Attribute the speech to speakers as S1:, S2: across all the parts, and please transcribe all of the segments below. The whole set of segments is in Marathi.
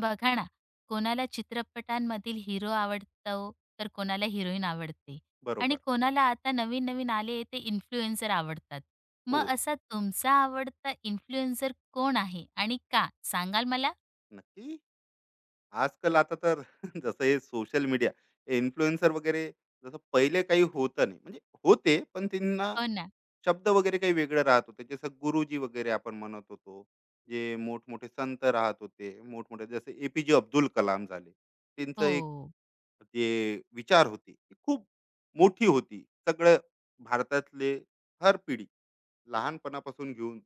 S1: बघा ना, कोणाला चित्रपटांमधील हिरो आवडतो, तर कोणाला हिरोईन आवडते आणि
S2: बरोबर.
S1: कोणाला आता नवीन-नवीन आले ते इन्फ्लुएन्सर आवडतात.
S2: हो,
S1: मग असा तुमचा आवडता इन्फ्लुएन्सर कोण आहे आणि का? सांगाल मला?
S2: नक्की. आजकाल आता तर जसं हे सोशल मीडिया, इन्फ्लुएन्सर वगैरे जसं पहिले काही होतं नाही. म्हणजे होते, पण त्यांना
S1: हो ना.
S2: शब्द वगैरे काही वेगळं राहत होते. जसं गुरुजी वगैरे आपण म्हणत होतो. जे मोठमोठे संत राहत होते. मोठमोठे जसे एपीजे अब्दुल कलाम झाले. त्यांचं एक
S1: हो,
S2: जे विचार होते, ती खूप मोठी होती. सगळं भारतातले हर पिढी लहानपणापासून घेऊन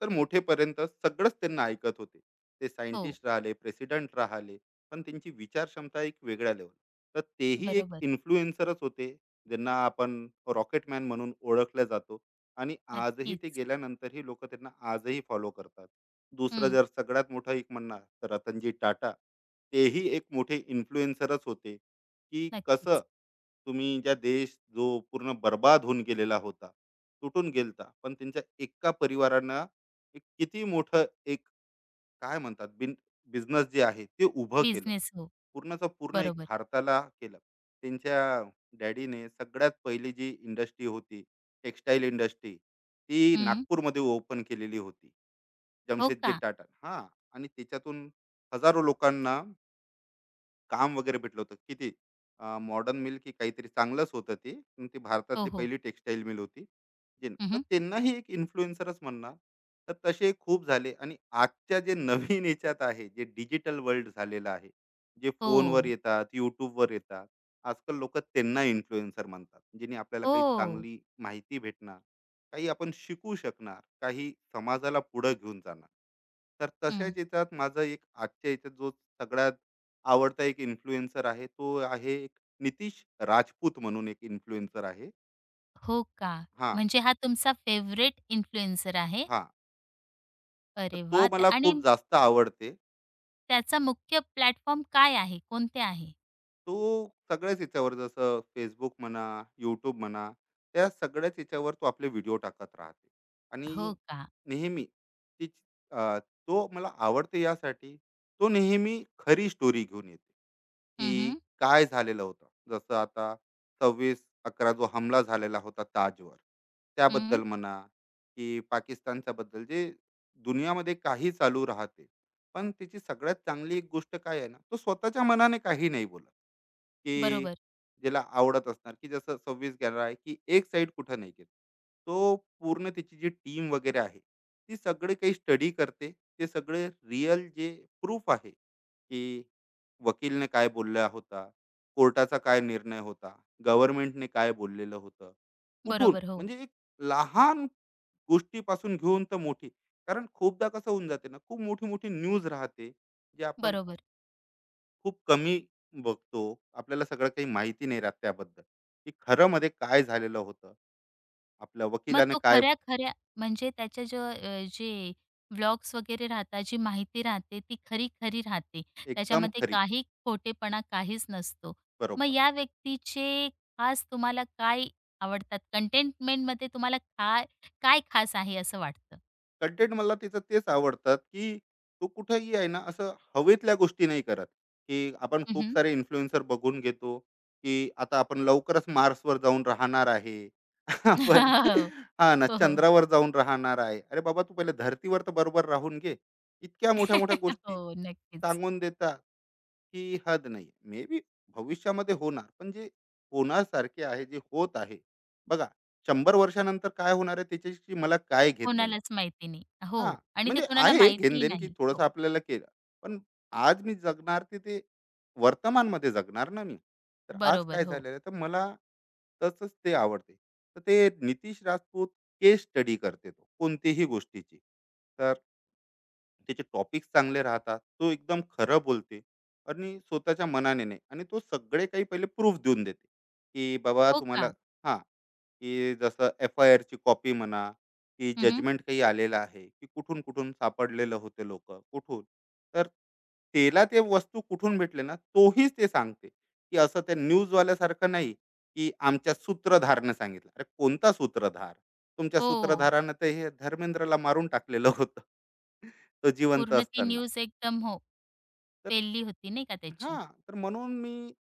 S2: तर मोठेपर्यंत सगळंच त्यांना ऐकत होते. ते
S1: हो.
S2: सायंटिस्ट राहिले, प्रेसिडेंट राहिले, पण त्यांची विचार क्षमता एक वेगळ्या लेवल. तर तेही एक
S1: बरोबर.
S2: इन्फ्लुएन्सरच होते, ज्यांना आपण रॉकेटमॅन म्हणून ओळखलं जातो. आणि आजही ते
S1: नक्कीच.
S2: गेल्यानंतरही लोक त्यांना आजही फॉलो करतात. दुसरं
S1: हं,
S2: जर सगळ्यात मोठं एक म्हणणार तर रतनजी टाटा, तेही एक मोठे इन्फ्लुएन्सरच होते की कसं.
S1: नक्कीच.
S2: तुम्ही ज्या देश जो पूर्ण बर्बाद होऊन गेलेला होता, तुटून गेलता, पण त्यांच्या एका परिवारानं एक किती मोठं एक काय म्हणतात बिन बिझनेस जे आहे ते उभं केलं.
S1: बिझनेस हो.
S2: पूर्णचं पूर्ण एक
S1: बरोबर.
S2: भारताला केलं. त्यांच्या डॅडीने सगळ्यात पहिली जी इंडस्ट्री होती, टेक्सटाईल इंडस्ट्री, ती
S1: हं.
S2: नागपूरमध्ये ओपन केलेली होती.
S1: हो
S2: जमशेदजी
S1: का?
S2: टाटा. हां. आणि त्याच्यातून हजारो लोकांना काम वगैरे भेटलं होतं. किती मॉडर्न मिल की काहीतरी चांगलंच होतं ते. पण ती
S1: हो,
S2: भारतातली
S1: हो.
S2: पहिली टेक्सटाईल मिल होती. जे तर
S1: हं,
S2: त्यांनाही एक इन्फ्लुएन्सरच म्हणणार. तर तसे खूप झाले आणि आजच्या जे नवीन ह्याच्यात आहे, जे डिजिटल वर्ल्ड झालेलं आहे. जे फोनवर
S1: हो.
S2: येतात, YouTubeवर येतात. आजकाल लोकं त्यांना इन्फ्लुएन्सर म्हणतात. ज्यांनी आपल्याला काही
S1: हो.
S2: चांगली माहिती भेटणार, काही आपण शिकू शकणार, काही समाजाला पुढं घेऊन जाणार. तर
S1: हं.
S2: तशाच याच्यात माझा एक आजच्या याच्यात जो सगळ्यात आवडता एक इन्फ्लुएन्सर आहे. तो आहे एक नितीश राजपूत म्हणून एक इन्फ्लुएन्सर आहे.
S1: हो का?
S2: हां,
S1: म्हणजे हा तुमचा फेव्हरेट इन्फ्लुएन्सर आहे?
S2: हां. तर
S1: अरे वा,
S2: तो
S1: त्या
S2: मला
S1: आणि
S2: खूप जास्त आवडते.
S1: त्याचा मुख्य प्लॅटफॉर्म काय आहे? कोणते आहे?
S2: तो सगळ्याच याच्यावर जसं फेसबुक म्हणा, YouTube म्हणा, त्या सगळ्याच याच्यावर तो आपले व्हिडिओ टाकत राहते.
S1: हो
S2: आणि
S1: का?
S2: नेहमी ती अ, तो मला आवडते यासाठी, तो नेहमी खरी स्टोरी घेऊन येते,
S1: हं,
S2: की
S1: हं.
S2: काय झालेलं होतं. जसं आता 26/11 जो हमला झालेला होता ताजवर, त्याबद्दल म्हणा, की पाकिस्तानच्याबद्दल जे दुनियामध्ये काही चालू राहते. पण त्याची सगळ्यात चांगली एक गोष्ट काय आहे ना, तो स्वतःच्या मनाने काही नाही बोलत. की
S1: बरोबर,
S2: ज्याला आवडत असणार, की जसं 26 गेला आहे, की एक साईड कुठं नाही गेला. तो पूर्ण त्याची जी टीम वगैरे आहे, ती सगळे काही स्टडी करते. ते सगळे रिअल जे प्रूफ आहे, की वकीलने काय बोलला होता, कोर्टाचा काय निर्णय होता, गव्हर्नमेंटने काय बोललेलं होतं, कुठून
S1: बरोबर. हो,
S2: म्हणजे एक लहान गोष्टीपासून घेऊन तर मोठी. कारण खूपदा कसं होऊन जाते ना, खूप मोठी-मोठी न्यूज राहते, जे आपण
S1: बरोबर.
S2: खूप कमी बघतो. आपल्याला सगळं काही माहिती नाही राहत त्याबद्दल, की खरं मध्ये काय झालेलं होतं. आपल्या
S1: मग
S2: वकिलाने
S1: तो
S2: काय
S1: खऱ्या-खऱ्या म्हणजे त्याच्या जो जे व्लॉग्स वगैरे राहतात, जी माहिती राहते ती खरी-खरी राहते.
S2: एकदम
S1: त्याच्यामध्ये
S2: खरी,
S1: काही खोटेपणा काहीच नसतो. मग
S2: बरोबर.
S1: या व्यक्तीचे खास तुम्हाला काय आवडतात? कंटेंटमेंटमध्ये तुम्हाला काय काय खास आहे असं वाटतं?
S2: कंटेंट मला तिचं तेच आवडतात, की तो कुठेही आहे ना, असं हवेतल्या गोष्टी नाही करत, की आपण
S1: हं,
S2: खूप
S1: हं.
S2: सारे इन्फ्लुएन्सर बघून घेतो, की आता आपण लवकरच Marsवर जाऊन राहणार आहे. आपण हां ना,
S1: हो, हो.
S2: चंद्रावर जाऊन राहणार आहे. अरे बाबा, तू पहिले धरतीवर तर बरोबर राहून घे. इतक्या मोठ्या-मोठ्या गोष्टी
S1: हो, नक्कीच.
S2: सांगून देतात, की हद नाही. मे बी भविष्यामध्ये होणार, पण जे होण्यासारखे आहे, जे होत आहे, बघा 100 वर्षानंतर काय होणार आहे त्याच्याशी मला काय घेणं-देणं.
S1: कोणालाच माहिती नाही. हो
S2: हां,
S1: आणि ते
S2: म्हणजे
S1: कोणाला
S2: आहे
S1: माहितीही
S2: घेणं की
S1: नाही. हो,
S2: थोडंसं आपल्याला केलं. पण आज मी जगणार ते ते वर्तमानमध्ये जगणार ना मी. तर आज काय
S1: बरोबर. हो.
S2: झालेलं आहे, तर मला तसंच ते आवडते. तर ते नितीश राजपूत केस स्टडी करते तो कोणतीही गोष्टीची. तर त्याचे टॉपिक्स चांगले राहतात. तो एकदम खरं बोलते आणि स्वतःच्या मनाने नाही आणि तो सगळे काही पहिले प्रूफ देऊन देते, की बाबा
S1: हो
S2: तुम्हाला
S1: का?
S2: हां, की जसं एफ-आय-आरची कॉपी म्हणा, की
S1: हं,
S2: जजमेंट काही आलेलं आहे, की कुठून-कुठून सापडलेलं होते लोक कुठून. तर त्याला ते वस्तू कुठून भेटले ना, तोही ते सांगते, की असं त्या न्यूजवाल्यासारखं नाही, की आमच्या सूत्रधारने सांगितलं. अरे कोणता सूत्रधार? तुमच्या
S1: हो.
S2: सूत्रधारानं तर हे धर्मेंद्रला मारून टाकलेलं होतं. तो जिवंत
S1: पूर्ण ती
S2: असताना.
S1: न्यूज एकदम हो,
S2: तर
S1: फैलली होती नाही का त्याची.
S2: हां, तर म्हणून मी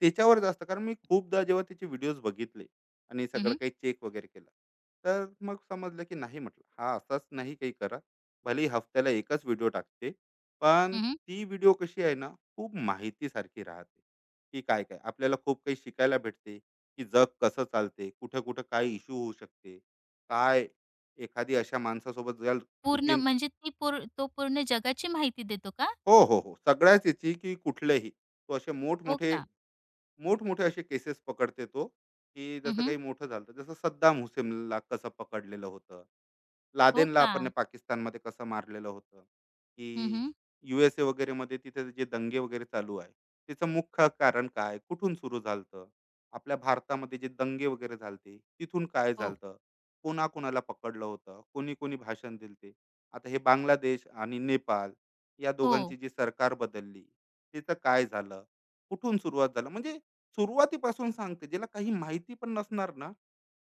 S2: त्याच्यावर जास्त, कारण मी खूपदा जेव्हा त्याचे व्हिडिओज बघितले आणि
S1: हं,
S2: सगळं
S1: हं.
S2: काही चेक वगैरे केलं. तर मग समजलं की नाही म्हटलं, हा असाच नाही काही करा. भलेही हफ्त्याला एकच व्हिडिओ टाकते. पण ती व्हिडिओ कशी आहे ना, खूप माहितीसारखी राहते, की काय-काय आपल्याला खूप काही शिकायला भेटते, की जग कसं चालते, कुठं-कुठं काय इश्यू होऊ शकते. काय एखादी अशा माणसासोबत ज्याला
S1: पूर्ण
S2: चुकी
S1: म्हणजे ती पूर तो पूर्ण जगाची माहिती देतो का?
S2: हो, हो, हो. सगळ्याच याची की कुठलेही. तो असे
S1: हो
S2: मोठमोठे,
S1: का?
S2: मोठमोठे असे केसेस पकडते तो, की जसं
S1: हं,
S2: काही मोठं झालं होतं. जसं सद्दाम हुसेनला कसं पकडलेलं होतं.
S1: हो
S2: लादेनला
S1: का?
S2: आपण पाकिस्तानमध्ये कसं मारलेलं होतं, की
S1: हं,
S2: यू-एस-ए वगैरेमध्ये तिथे जे दंगे वगैरे चालू आहे, त्याचं मुख्य कारण काय? कुठून सुरू झालं होतं? आपल्या भारतामध्ये जे दंगे वगैरे झाले होते, तिथून काय झालं
S1: हो.
S2: होतं? कोणाकोणाला पकडलं होतं? कोणी-कोणी भाषण दिले होते? आता हे बांगलादेश आणि नेपाळ या
S1: हो.
S2: दोघांची जी सरकार बदलली, तिचं काय झालं? कुठून सुरुवात झालं? म्हणजे सुरुवातीपासून सांगते. ज्याला काही माहिती पण नसणार ना,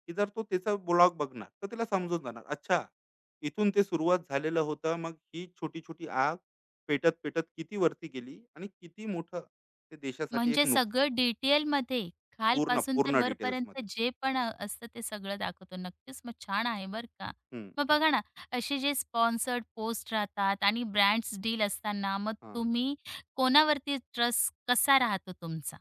S2: की जर तो त्याचा ब्लॉग बघणार, तर त्याला समजून जाणार, अच्छा इथून ते सुरुवात झालेलं होतं. मग ही छोटी-छोटी आग पेटत-पेटत किती वरती गेली आणि किती मोठं ते देशासाठी एक
S1: म्हणजे
S2: नुक.
S1: सगळं डिटेलमध्ये
S2: पूर्ण,
S1: खालपासून तर
S2: पूर्ण
S1: वरपर्यंत
S2: डिटेल्समध्ये.
S1: जे पण असतं ते सगळं दाखवतो. नक्कीच मग छान आहे बरं का.
S2: हं.
S1: मग बघा ना, असे जे स्पॉन्सर्ड पोस्ट राहतात आणि ब्रँड्स डील असताना मग
S2: हां.
S1: तुम्ही कोणावरती ट्रस्ट कसा राहतो तुमचा?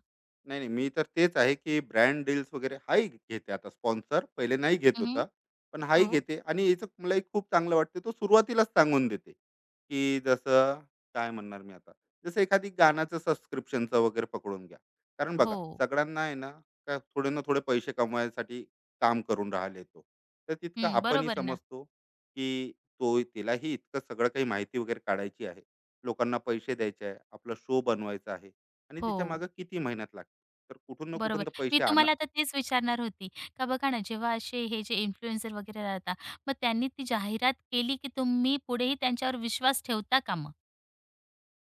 S2: नाही, नाही. मी तर तेच आहे, की ब्रँड डील्स वगैरे हाही घेते आता स्पॉन्सर. पहिले नाही घेत
S1: हं,
S2: होता. पण हाही
S1: हो.
S2: घेते आणि याचं मला एक खूप चांगलं वाटते. तो सुरुवातीलाच सांगून देते, की जसं काय म्हणणार मी आता? जसं एखादी गाण्याचं सबस्क्रिप्शनचं वगैरे पकडून घ्या. कारण बघा
S1: हो.
S2: सगळ्यांना आहे ना, का थोडे ना थोडे पैसे कमवायसाठी काम करून राहिले तो. तर तितकं
S1: हं,
S2: आपणही
S1: बरोबर ना.
S2: समजतो, की तो तिलाही इतकं सगळं काही माहिती वगैरे काढायची आहे. लोकांना पैसे द्यायचे आहे. आपला शो बनवायचा आहे आणि
S1: हो,
S2: तिच्या मागे किती मेहनत लागते. तर कुठून ना कुठून
S1: बरोबर.
S2: तर
S1: मी
S2: पैसे आणा.
S1: तुम्हाला आता तेच विचारणार होती, का बघा ना, जेव्हा असे हे जे इन्फ्लुएन्सर वगैरे राहतात, मग त्यांनी ती जाहिरात केली की तुम्ही पुढेही त्यांच्यावर विश्वास ठेवता का मग?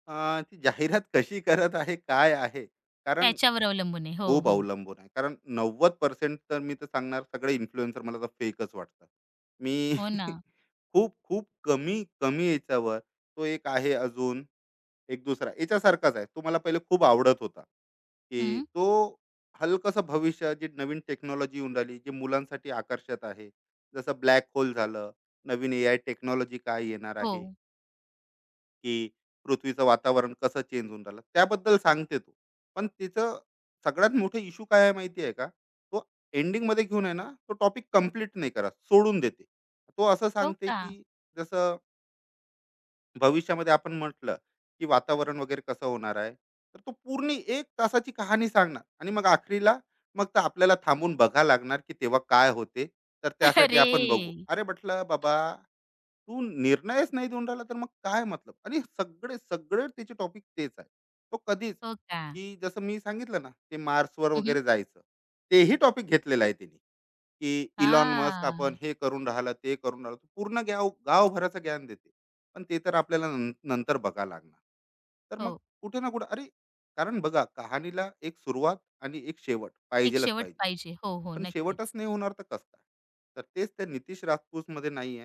S2: ती जाहिरात कशी करत आहे काय आहे कारण
S1: त्याच्यावर अवलंबून आहे. हो,
S2: खूप
S1: हो.
S2: अवलंबून आहे, कारण नव्वद पर्सेंट तर मी तर सांगणार सगळे इन्फ्लुएन्सर मला तर फेकच वाटतात. मी
S1: हो ना.
S2: खूप खूप कमी कमी याच्यावर. तो एक आहे अजून एक दुसरा याच्यासारखाच आहे तो मला पहिले खूप आवडत होता की
S1: हं.
S2: तो हलकसं भविष्य जे नवीन टेक्नॉलॉजी येऊन राहिली जे मुलांसाठी आकर्षक आहे. जसं ब्लॅक होल झालं, नवीन ए आय टेक्नॉलॉजी काय येणार
S1: हो.
S2: आहे, की पृथ्वीचं वातावरण कसं चेंज होऊन राहिलं त्याबद्दल सांगते तो. पण तिचं सगळ्यात मोठं इश्यू काय आहे माहिती आहे का? तो एंडिंग मध्ये घेऊन आहे ना तो टॉपिक कम्प्लीट नाही करत सोडून देते. तो असं
S1: हो
S2: सांगते
S1: का?
S2: की जसं भविष्यामध्ये आपण म्हटलं, की वातावरण वगैरे कसं होणार आहे. तर तो पूर्ण एक तासाची कहाणी सांगणार आणि मग आखरीला मग तर आपल्याला थांबून बघावं लागणार, की तेव्हा काय होते. तर त्यासाठी
S1: अरे!
S2: आपण बघू. अरे म्हटलं, "बाबा, तू निर्णयच नाही देऊन राहिला, तर मग काय मतलब?" आणि सगळे सगळे त्याचे टॉपिक तेच आहे. तो कधीच,
S1: हो का?
S2: की जसं मी सांगितलं ना, ते Marsवर
S1: हं, हं.
S2: वगैरे जायचं, तेही टॉपिक घेतलेला आहे त्याने. की इलॉन मस्क आपण हे करून राहिला ते करून राहिला तो पूर्ण गाव गावभराचं ज्ञान देते. पण ते तर आपल्याला नंतर बघा लागणार. तर मग
S1: हो.
S2: कुठे ना कुठे अरे, कारण बघा कहाणीला एक सुरुवात आणि एक शेवट
S1: एक
S2: पाहिजेलाच
S1: शेवट
S2: पाहिजे.
S1: पाहिजे. हो, हो.
S2: पण शेवटच
S1: नक्कीच.
S2: नाही होणार तर कसं काय. तर तेच त्या नितीश राजपूत मध्ये नाही.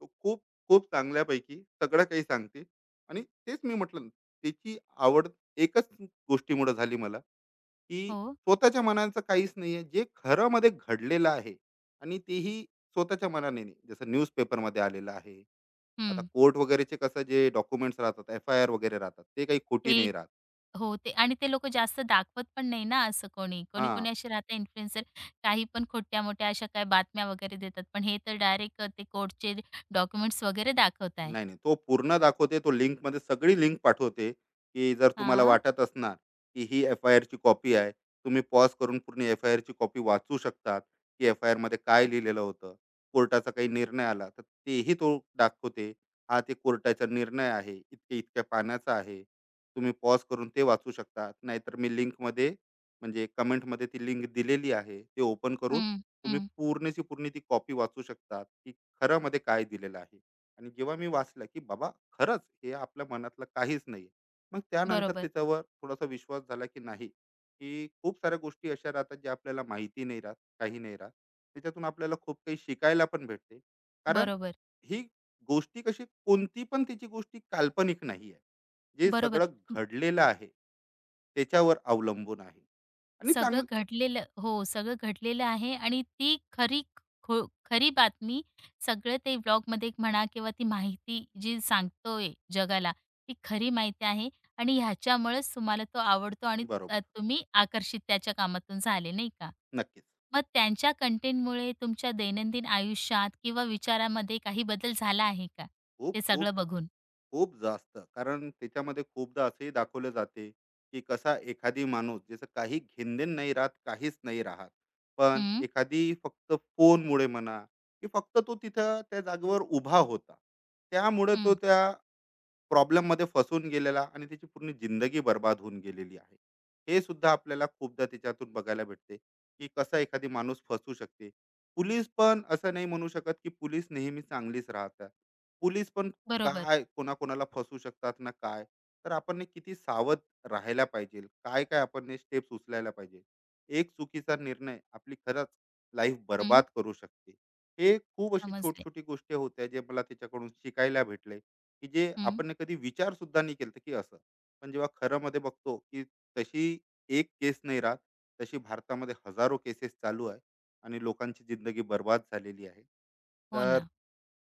S2: तो खूप खूप चांगल्यापैकी सगळं काही सांगते. आणि तेच मी म्हटलं ना, त्याची आवड एकच गोष्टीमुळे झाली मला, की
S1: हो.
S2: स्वतःच्या मनाचं काहीच नाहीये, जे खरं मध्ये घडलेलं आहे. आणि तेही स्वतःच्या मनाने नाही, जसं न्यूजपेपर मध्ये आलेलं आहे. आता
S1: हं.
S2: कोर्ट वगैरेचे कसं जे डॉक्युमेंट्स राहतात, एफ आय आर वगैरे राहतात, ते काही
S1: ते
S2: खोटी नाही राहत.
S1: हो, ते आणि ते लोकं जास्त दाखवत पण नाही ना असं कोणी.
S2: हा
S1: कोणी-कोणी असे राहतात इन्फ्लुएन्सर काही पण खोट्या-मोठ्या अशा काही बातम्या वगैरे देतात. पण हे तर डायरेक्ट ते कोर्टचे डॉक्युमेंट्स वगैरे दाखवत आहे.
S2: नाही, नाही. तो पूर्ण दाखवते. तो लिंकमध्ये सगळी लिंक पाठवते, की जर तुम्हाला
S1: हां.
S2: वाटत असणार, की ही एफ-आय-आरची कॉपी आहे. तुम्ही पॉज करून पूर्ण एफ-आय-आरची कॉपी वाचू शकतात, की एफ-आय-आरमध्ये काय लिहिलेलं होतं. कोर्टाचा काही निर्णय आला, तर तेही तो दाखवते. हा ते कोर्टाचा निर्णय आहे. इतक्या-इतक्या पानाचा आहे. तुम्ही पॉज करून ते वाचू शकतात. नाहीतर मी लिंकमध्ये म्हणजे कमेंटमध्ये ती लिंक दिलेली आहे. ते ओपन करून
S1: हं,
S2: तुम्ही
S1: हं.
S2: पूर्णची पूर्ण ती कॉपी वाचू शकतात, की खऱ्यामध्ये काय दिलेलं आहे. आणि जेव्हा मी वाचलं की बाबा खरंच हे आपल्या मनातलं काहीच नाही, मग त्यानंतर
S1: बरोबर,
S2: त्याच्यावर थोडासा विश्वास झाला की नाही, की खूप साऱ्या गोष्टी अशा राहतात, ज्या आपल्याला माहिती नाही राहत, काही नाही राहत. त्याच्यातून आपल्याला खूप काही शिकायला पण भेटते. कारण
S1: बरोबर,
S2: ही गोष्टी कशी कोणती पण तिची गोष्टी काल्पनिक नाही आहे, जे
S1: बरोबर.
S2: सगळं घडलेलं आहे त्याच्यावर अवलंबून आहे. आणि
S1: सगळं
S2: चांगलं
S1: घडलेलं हो, सगळं घडलेलं आहे आणि ती खरी खो खरी बातमी सगळं ते व्लॉगमध्ये म्हणा किंवा ती माहिती जी सांगतोय जगाला, ती खरी माहिती आहे आणि ह्याच्यामुळेच तुम्हाला तो आवडतो आणि
S2: बरोबर,
S1: तुम्ही आकर्षित त्याच्या कामातून झाले, नाही का?
S2: नक्कीच.
S1: मग त्यांच्या कंटेंटमुळे तुमच्या दैनंदिन आयुष्यात किंवा विचारामध्ये काही बदल झाला आहे का?
S2: खूप
S1: ते
S2: खूप
S1: सगळं बघून?
S2: खूप जास्त. कारण त्याच्यामध्ये खूपदा असंही दाखवलं जाते, की कसा एखादी माणूस ज्याचं काही घेणदेण नाही राहत, काहीच नाही राहत. पण
S1: हं,
S2: एखादी फक्त फोनमुळे म्हणा, की फक्त तो तिथं त्या जागेवर उभा होता. त्यामुळे तो
S1: हं.
S2: त्या प्रॉब्लेम मध्ये फसून गेलेला आणि त्याची पूर्ण जिंदगी बर्बाद होऊन गेलेली आहे. हे सुद्धा आपल्याला खूपदा त्याच्यातून बघायला भेटते, की कसा एखादी माणूस फसू शकते. पोलीस पण असं नाही म्हणू शकत की पोलीस नेहमी चांगलीच राहतात. पोलीस पण
S1: बरोबर.
S2: काय कोणाकोणाला फसू शकतात ना काय. तर आपण हे किती सावध राहायला पाहिजे, काय काय आपण स्टेप्स उचलायला पाहिजे. एक चुकीचा निर्णय आपली खरंच लाईफ
S1: हं,
S2: बर्बाद करू शकते. हे खूप अशी छोट
S1: समजले.
S2: छोटी गोष्टी होत्या जे मला त्याच्याकडून शिकायला भेटले, की जे
S1: हं,
S2: आपण कधी विचार सुद्धा नाही केलं की असं. पण जेव्हा खरं मध्ये बघतो की तशी एक केस नाही राहत, तशी भारतामध्ये हजारो केसेस चालू आहे आणि लोकांची जिंदगी बर्बाद झालेली आहे.
S1: हो
S2: तर
S1: ना.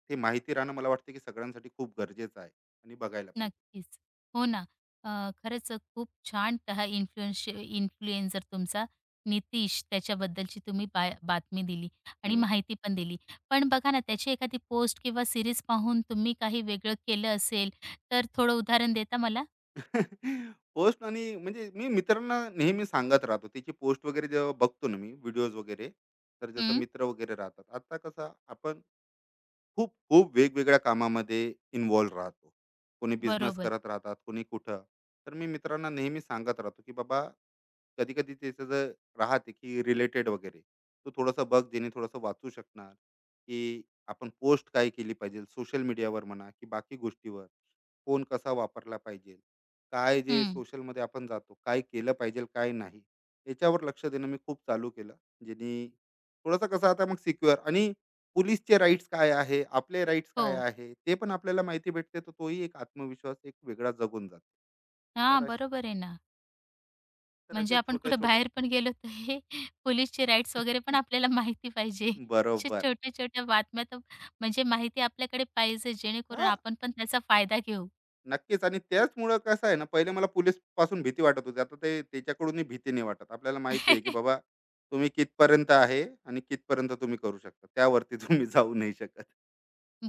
S2: ते माहिती राहणं मला वाटतं की सगळ्यांसाठी खूप गरजेचं आहे आणि बघायला पाहिजे.
S1: नक्कीच. हो ना. अ, खरंच खूप छान हा इन्फ्लुएन्सर तुमचा नितीश त्याच्याबद्दलची तुम्ही बातमी दिली आणि
S2: हम्म.
S1: माहिती पण दिली. पण बघा ना त्याची एखादी पोस्ट किंवा सीरीज पाहून तुम्ही काही वेगळं केलं असेल, तर थोडं उदाहरण देता मला?
S2: पोस्ट आणि म्हणजे मी मित्रांना नेहमी सांगत राहतो त्याची पोस्ट वगैरे जेव्हा बघतो ना मी व्हिडिओज वगैरे. तर जसं
S1: हं,
S2: मित्र वगैरे राहतात आता कसं आपण खूप खूप वेगवेगळ्या कामामध्ये इन्व्हॉल्व राहतो. कोणी बिझनेस
S1: बरोबर.
S2: करत राहतात, कोणी कुठं. तर मी मित्रांना नेहमी सांगत राहतो की बाबा, कधी कधी त्याचं जर राहते की रिलेटेड वगैरे, तो थोडंसं बघ, जेणे थोडंसं वाचू शकणार की आपण पोस्ट काय केली पाहिजे सोशल मीडियावर म्हणा की बाकी गोष्टीवर. फोन कसा वापरला पाहिजे, काय जे
S1: हं.
S2: सोशलमध्ये आपण जातो, काय केलं पाहिजे, काय नाही, याच्यावर लक्ष देणं मी खूप चालू केलं. ज्यानी थोडंसं कसं आता मग सिक्युअर आणि पोलिसचे राइट्स काय आहे, आपले राइट्स
S1: हो.
S2: काय आहे, ते पण आपल्याला माहिती भेटते, तर तोही एक आत्मविश्वास एक वेगळा जगून जातो. तर
S1: हां,
S2: अश
S1: बरोबर आहे ना.
S2: तर
S1: म्हणजे
S2: अशा
S1: आपण कुठं
S2: छोट्या-छोट्या
S1: बाहेर पण गेलो तर हे पोलिसचे राईट्स वगैरे पण आपल्याला माहिती पाहिजे. अशा
S2: बरोबर.
S1: छोट्या-छोट्या बातम्या तर म्हणजे माहिती आपल्याकडे पाहिजे जेणेकरून
S2: हां,
S1: आपण पण त्याचा फायदा घेऊ.
S2: नक्कीच आणि त्याचमुळं कसं आहे ना, पहिले मला पोलीस पासून भीती वाटत होती. आता ते त्याच्याकडूनही भीती नाही वाटत. आपल्याला माहिती आहे, की बाबा तुम्ही कितपर्यंत आहे आणि कितपर्यंत तुम्ही करू शकता. त्यावरती तुम्ही जाऊ नाही शकत.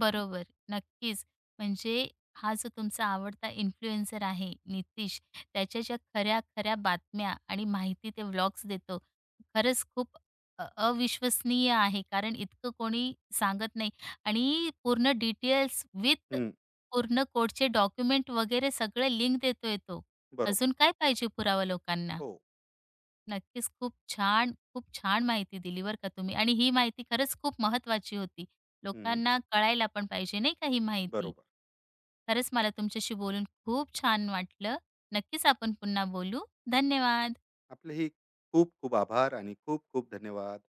S1: बरोबर, नक्कीच. म्हणजे हा जो तुमचा आवडता इन्फ्लुएन्सर आहे नितीश, त्याच्या ज्या खऱ्या-खऱ्या बातम्या आणि माहिती ते व्लॉग्स देतो, खरंच खूप अविश्वसनीय आहे. कारण इतकं कोणी सांगत नाही आणि पूर्ण डिटेल्स विथ
S2: हं,
S1: पूर्ण कोडचे डॉक्युमेंट वगैरे सगळं लिंक देतोय तो.
S2: बरोबर.
S1: अजून काय पाहिजे पुरावा लोकांना?
S2: हो.
S1: नक्कीच. खूप छान, खूप छान माहिती दिली बरं का तुम्ही आणि ही माहिती खरंच खूप महत्त्वाची होती.
S2: हं,
S1: लोकांना कळायला पण पाहिजे नाही का ही माहिती.
S2: बरोबर.
S1: खरंच मला तुमच्याशी बोलून खूप छान वाटलं. नक्कीच आपण पुन्हा बोलू. धन्यवाद.
S2: आपलेही खूप खूप आभार आणि खूप खूप धन्यवाद.